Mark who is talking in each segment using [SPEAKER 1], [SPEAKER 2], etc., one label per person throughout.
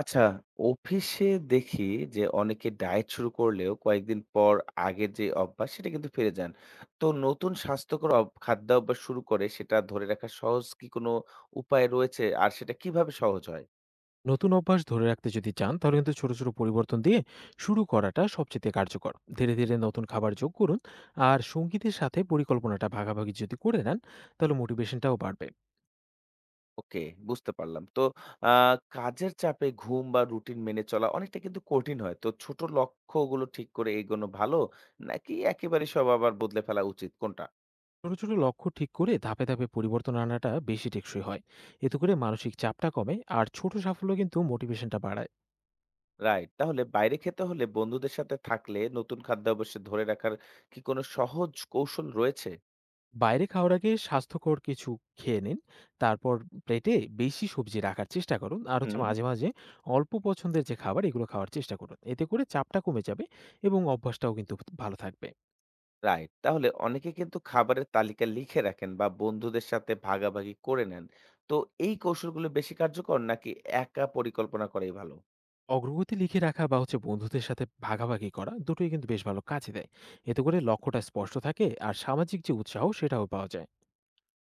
[SPEAKER 1] আচ্ছা, অফিসে দেখি যে অনেকে ডায়েট শুরু করলেও কয়েকদিন পর আগের যে অভ্যাস সেটা কিন্তু ফিরে যান। তো নতুন স্বাস্থ্যকর খাদ্যাভ্যাস শুরু করে সেটা ধরে রাখার সহজ কি কোনো উপায় রয়েছে? আর সেটা কিভাবে সহজ হয়?
[SPEAKER 2] নতুন অভ্যাস ধরে রাখতে যদি চান তাহলে কিন্তু ছোট ছোট পরিবর্তন দিয়ে শুরু করাটা সবচেয়ে কার্যকর। ধীরে ধীরে নতুন খাবার যোগ করুন। আর সঙ্গীতের সাথে পরিকল্পনাটা ভাগাভাগি যদি করে নেন তাহলে মোটিভেশনটাও বাড়বে।
[SPEAKER 1] ওকে, বুঝতে পারলাম। তো আ কাজের চাপে ঘুম বা রুটিন মেনে চলা অনেকটা কিন্তু কঠিন হয়। তো ছোট লক্ষ্যগুলো ঠিক করে এগোনো ভালো? নাকি একেবারে সব আবার বদলে ফেলা উচিত? কোনটা?
[SPEAKER 2] ছোট ছোট লক্ষ্য ঠিক করে ধাপে ধাপে পরিবর্তন আনাটা বেশি টেকসই হয়। এতে করে মানসিক চাপটা কমে আর ছোট সাফল্য কিন্তু মোটিভেশনটা বাড়ায়।
[SPEAKER 1] রাইট। তাহলে বাইরে খেতে হলে বন্ধুদের সাথে থাকলে নতুন খাদ্যাভ্যাসে ধরে রাখার কি কোনো সহজ কৌশল রয়েছে?
[SPEAKER 2] বাইরে খাওয়ার আগে স্বাস্থ্যকর কিছু খেয়ে নিন। তারপর প্লেটে বেশি সবজি রাখার চেষ্টা করুন। আর
[SPEAKER 1] হুম।
[SPEAKER 2] মাঝে, মাঝে অল্প পছন্দের যে খাবার এগুলো খাওয়ার চেষ্টা করুন। এতে করে চাপটা কমে যাবে এবং অভ্যাসটাও কিন্তু ভালো থাকবে।
[SPEAKER 1] রাইট। তাহলে অনেকে কিন্তু খাবারের তালিকা লিখে রাখেন বা বন্ধুদের সাথে ভাগাভাগি করে নেন। তো এই কৌশলগুলো বেশি কার্যকর নাকি একা পরিকল্পনা করাই ভালো?
[SPEAKER 2] অগ্রগতি লিখে রাখা বা বন্ধুদের সাথে ভাগাভাগি করা দুটোই কিন্তু বেশ ভালো কাজে দেয়। এতে করে লক্ষ্যটা স্পষ্ট থাকে আর সামাজিক যে উৎসাহ সেটাও পাওয়া যায়।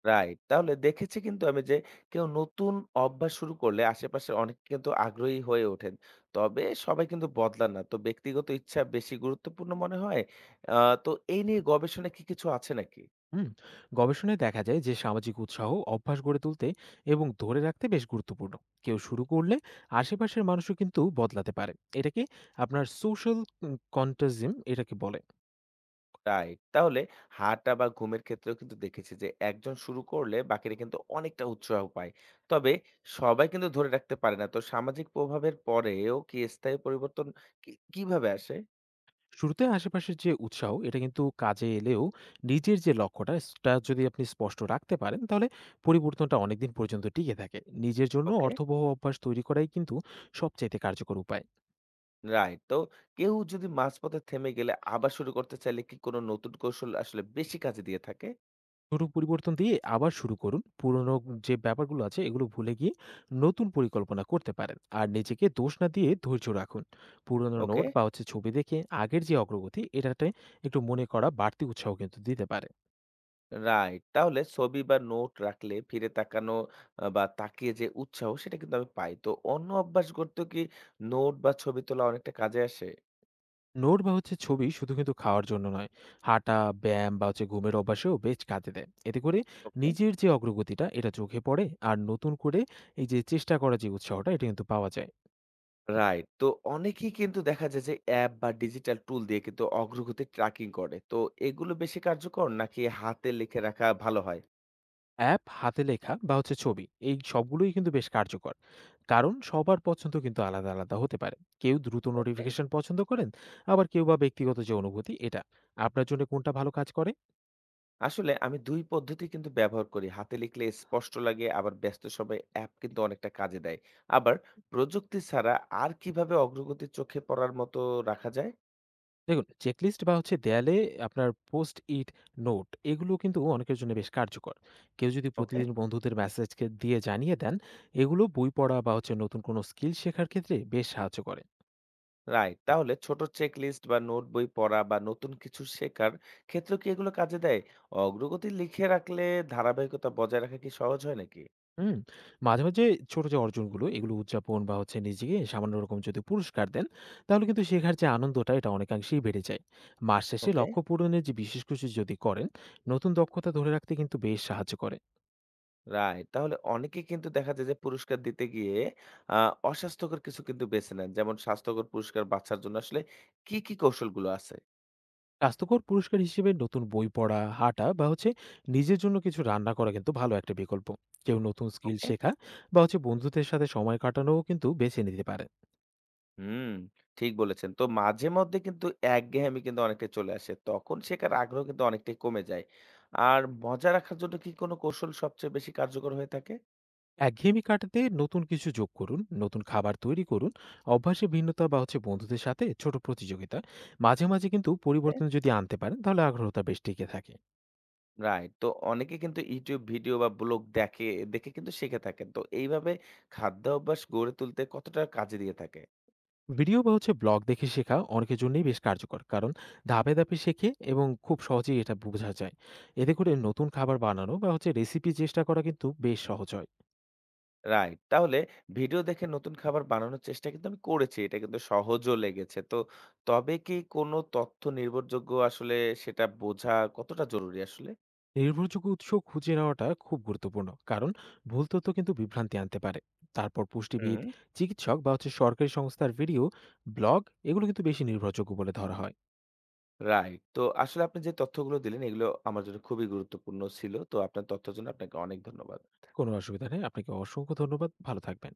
[SPEAKER 1] রাইট। তাহলে দেখেছি কিন্তু আমি যে কেউ নতুন অভ্যাস শুরু করলে আশেপাশের অনেকে কিন্তু আগ্রহী হয়ে ওঠেন। তবে সবাই কিন্তু বদলান না। তো ব্যক্তিগত ইচ্ছা বেশি গুরুত্বপূর্ণ মনে হয়। আ তো এই নিয়ে গবেষণায় কি কিছু আছে নাকি?
[SPEAKER 2] হুম গবেষণায় দেখা যায় যে সামাজিক উৎসাহ অভ্যাস গড়ে তুলতে এবং ধরে রাখতে বেশ গুরুত্বপূর্ণ। কেউ শুরু করলে আশেপাশের মানুষও কিন্তু বদলাতে পারে। এটাকে আপনার সোশ্যাল কন্টাজিম এটাকে বলে।
[SPEAKER 1] রাইট। তাহলে হাঁটা বা ঘুমের ক্ষেত্রেও কিন্তু দেখেছি যে একজন শুরু করলে বাকিরা কিন্তু অনেকটা উৎসাহ পায়। তবে সবাই কিন্তু ধরে রাখতে পারে না। তো সামাজিক প্রভাবের পরেও কি স্থায়ী পরিবর্তন কি কিভাবে আসে?
[SPEAKER 2] শুরুতে আশেপাশের যে উৎসাহ এটা কিন্তু কাজে এলেও নিজের যে লক্ষ্যটা সেটা যদি আপনি স্পষ্ট রাখতে পারেন তাহলে পরিবর্তনটা অনেকদিন পর্যন্ত টিকে থাকে। নিজের জন্য
[SPEAKER 1] ওকে,
[SPEAKER 2] অর্থবহ অভ্যাস তৈরি করাই কিন্তু সবচাইতে কার্যকর উপায়।
[SPEAKER 1] রাইট। তো কেউ যদি মাঝপথে থেমে গেলে আবার শুরু করতে চাইলে কি কোনো নতুন কৌশল আসলে বেশি কাজে দিয়ে থাকে?
[SPEAKER 2] ছোট পরিবর্তন দিয়ে আবার শুরু করুন। পুরনো যে ব্যাপারগুলো আছে এগুলো ভুলে গিয়ে নতুন পরিকল্পনা করতে পারেন আর নিজেকে দোষ না দিয়ে ধৈর্য রাখুন। পুরনো
[SPEAKER 1] ওকে,
[SPEAKER 2] নোট বা ছবি দেখে আগের যে অগ্রগতি এটাতে একটু মনে করা বাড়তি উৎসাহ কিন্তু দিতে পারে।
[SPEAKER 1] রাইট। তাহলে ছবি বা নোট রাখলে ফিরে তাকানো বা তাকিয়ে যে উৎসাহ সেটা কিন্তু আমি পাই। তো অন্য অভ্যাস গড়তেও কি নোট বা ছবি তোলা অনেকটা কাজে আসে?
[SPEAKER 2] নোট বা ছবি শুধু কিন্তু খাওয়ার জন্য নয়, হাঁটা, ব্যায়াম বা ঘুমের অভ্যাসেও বেশ কাজে দেয়। এতে করে
[SPEAKER 1] ওকে,
[SPEAKER 2] নিজের যে অগ্রগতিটা এটা চোখে পড়ে আর নতুন করে এই যে চেষ্টা করার যে উৎসাহটা এটা কিন্তু পাওয়া যায়।
[SPEAKER 1] রাইট। তো অনেকেই কিন্তু দেখা যায় যে অ্যাপ বা ডিজিটাল টুল দিয়ে কিন্তু অগ্রগতি ট্র্যাকিং করে। তো এগুলো বেশি কার্যকর নাকি হাতে লিখে রাখা ভালো হয়?
[SPEAKER 2] অ্যাপ, হাতে লেখা বা ছবি এই সবগুলোই কিন্তু বেশ কার্যকর। কারণ সবার পছন্দ কিন্তু আলাদা, আলাদা হতে পারে। কেউ দ্রুত
[SPEAKER 1] ওকে।
[SPEAKER 2] নোটিফিকেশন পছন্দ করেন, আবার কেউ বা ব্যক্তিগত যে অনুভূতি এটা। আপনার জন্য কোনটা ভালো কাজ করে?
[SPEAKER 1] আসলে আমি ২ পদ্ধতি কিন্তু ব্যবহার করি। হাতে লিখলে স্পষ্ট লাগে আবার ব্যস্ত সময়ে অ্যাপ কিন্তু অনেকটা কাজে দেয়। আবার প্রযুক্তি ছাড়া আর কিভাবে অগ্রগতি চোখে পড়ার মতো রাখা যায়?
[SPEAKER 2] দেখুন, চেকলিস্ট বা দেয়ালে আপনার পোস্ট ইট নোট এগুলো কিন্তু অনেকের জন্য বেশ কার্যকর। কেউ যদি
[SPEAKER 1] ওকে।
[SPEAKER 2] প্রতিদিন বন্ধুদের মেসেজকে দিয়ে জানিয়ে দেন, এগুলো বই পড়া বা নতুন কোনো স্কিল শেখার ক্ষেত্রে বেশ সাহায্য করে।
[SPEAKER 1] রাইট। তাহলে ছোট চেক লিস্ট বা নোট বই পড়া বা নতুন কিছু শেখার ক্ষেত্রেও কি এগুলো কাজে দেয়? অগ্রগতি লিখে রাখলে ধারাবাহিকতা বজায় রাখা কি সহজ হয় নাকি?
[SPEAKER 2] হুম, মাঝে, মাঝে ছোট যে অর্জনগুলো এগুলো উদযাপন বা নিজেকে সামান্য রকম যদি পুরস্কার দেন, তাহলে কিন্তু শেখার যে আনন্দটা এটা অনেকাংশেই বেড়ে যায়। মাস শেষে
[SPEAKER 1] ওকে,
[SPEAKER 2] লক্ষ্য পূরণের যে বিশেষ কিছু যদি করেন, নতুন দক্ষতা ধরে রাখতে কিন্তু বেশ সাহায্য করে।
[SPEAKER 1] রাইট। তাহলে অনেকেই কিন্তু দেখা যায় যে পুরস্কার দিতে গিয়ে আ অস্বাস্থ্যকর কিছু কিন্তু বেছে নেন। যেমন স্বাস্থ্যকর পুরস্কার বাছার জন্য আসলে কি কৌশলগুলো আছে?
[SPEAKER 2] স্বাস্থ্যকর পুরস্কার হিসেবে নতুন বই পড়া, হাঁটা বা নিজের জন্য কিছু রান্না করা কিন্তু ভালো একটা বিকল্প। কেউ নতুন স্কিল
[SPEAKER 1] ওকে?
[SPEAKER 2] শেখা বা বন্ধুদের সাথে সময় কাটানোও কিন্তু বেছে নিতে পারে।
[SPEAKER 1] হুম, ঠিক বলেছেন। তো মাঝে মধ্যে কিন্তু একঘেয়েমি কিন্তু অনেকটাই চলে আসে। তখন শেখার আগ্রহ কিন্তু অনেকটাই কমে যায়। আর মজা রাখার জন্য কি কোনো কৌশল সবচেয়ে বেশি কার্যকর হয়ে থাকে?
[SPEAKER 2] একঘেয়েমি কাটাতে নতুন কিছু যোগ করুন, নতুন খাবার তৈরি করুন, অভ্যাসে ভিন্নতা বা বন্ধুদের সাথে ছোট প্রতিযোগিতা। মাঝে মাঝে কিন্তু পরিবর্তন যদি আনতে পারেন তাহলে আগ্রহটা বেশ টিকে থাকে।
[SPEAKER 1] রাইট। তো অনেকে কিন্তু YouTube ভিডিও বা ব্লগ দেখে দেখে কিন্তু শিখে থাকেন। তো এইভাবে খাদ্যাভ্যাস গড়ে তুলতে কতটা কাজে দিয়ে থাকে?
[SPEAKER 2] ভিডিও বা ব্লগ দেখে শেখা অনেকের জন্যই বেশ কার্যকর, কারণ ধাপে ধাপে শেখে এবং খুব সহজেই এটা বোঝা যায়। এতে করে নতুন খাবার বানানো বা রেসিপি চেষ্টা করা কিন্তু বেশ সহজ হয়।
[SPEAKER 1] রাইট। তাহলে ভিডিও দেখে নতুন খাবার বানানোর চেষ্টা কিন্তু আমি করেছি। এটা কিন্তু সহজও লেগেছে। তো তবে কি কোনো তথ্য নির্ভরযোগ্য আসলে সেটা বোঝা কতটা জরুরি আসলে?
[SPEAKER 2] নির্ভরযোগ্য উৎস খুঁজে নেওয়াটা খুব গুরুত্বপূর্ণ, কারণ ভুল তথ্য কিন্তু বিভ্রান্তি আনতে পারে। তারপর পুষ্টিবিদ,
[SPEAKER 1] হুম।
[SPEAKER 2] চিকিৎসক বা সরকারি সংস্থার ভিডিও, ব্লগ এগুলো কিন্তু বেশি নির্ভরযোগ্য বলে ধরা হয়।
[SPEAKER 1] রাইট। তো আসলে আপনি যে তথ্যগুলো দিলেন এগুলো আমার জন্য খুবই গুরুত্বপূর্ণ ছিল। তো আপনার তথ্যের জন্য আপনাকে অনেক ধন্যবাদ।
[SPEAKER 2] কোনো অসুবিধা নেই, আপনাকে অসংখ্য ধন্যবাদ। ভালো থাকবেন।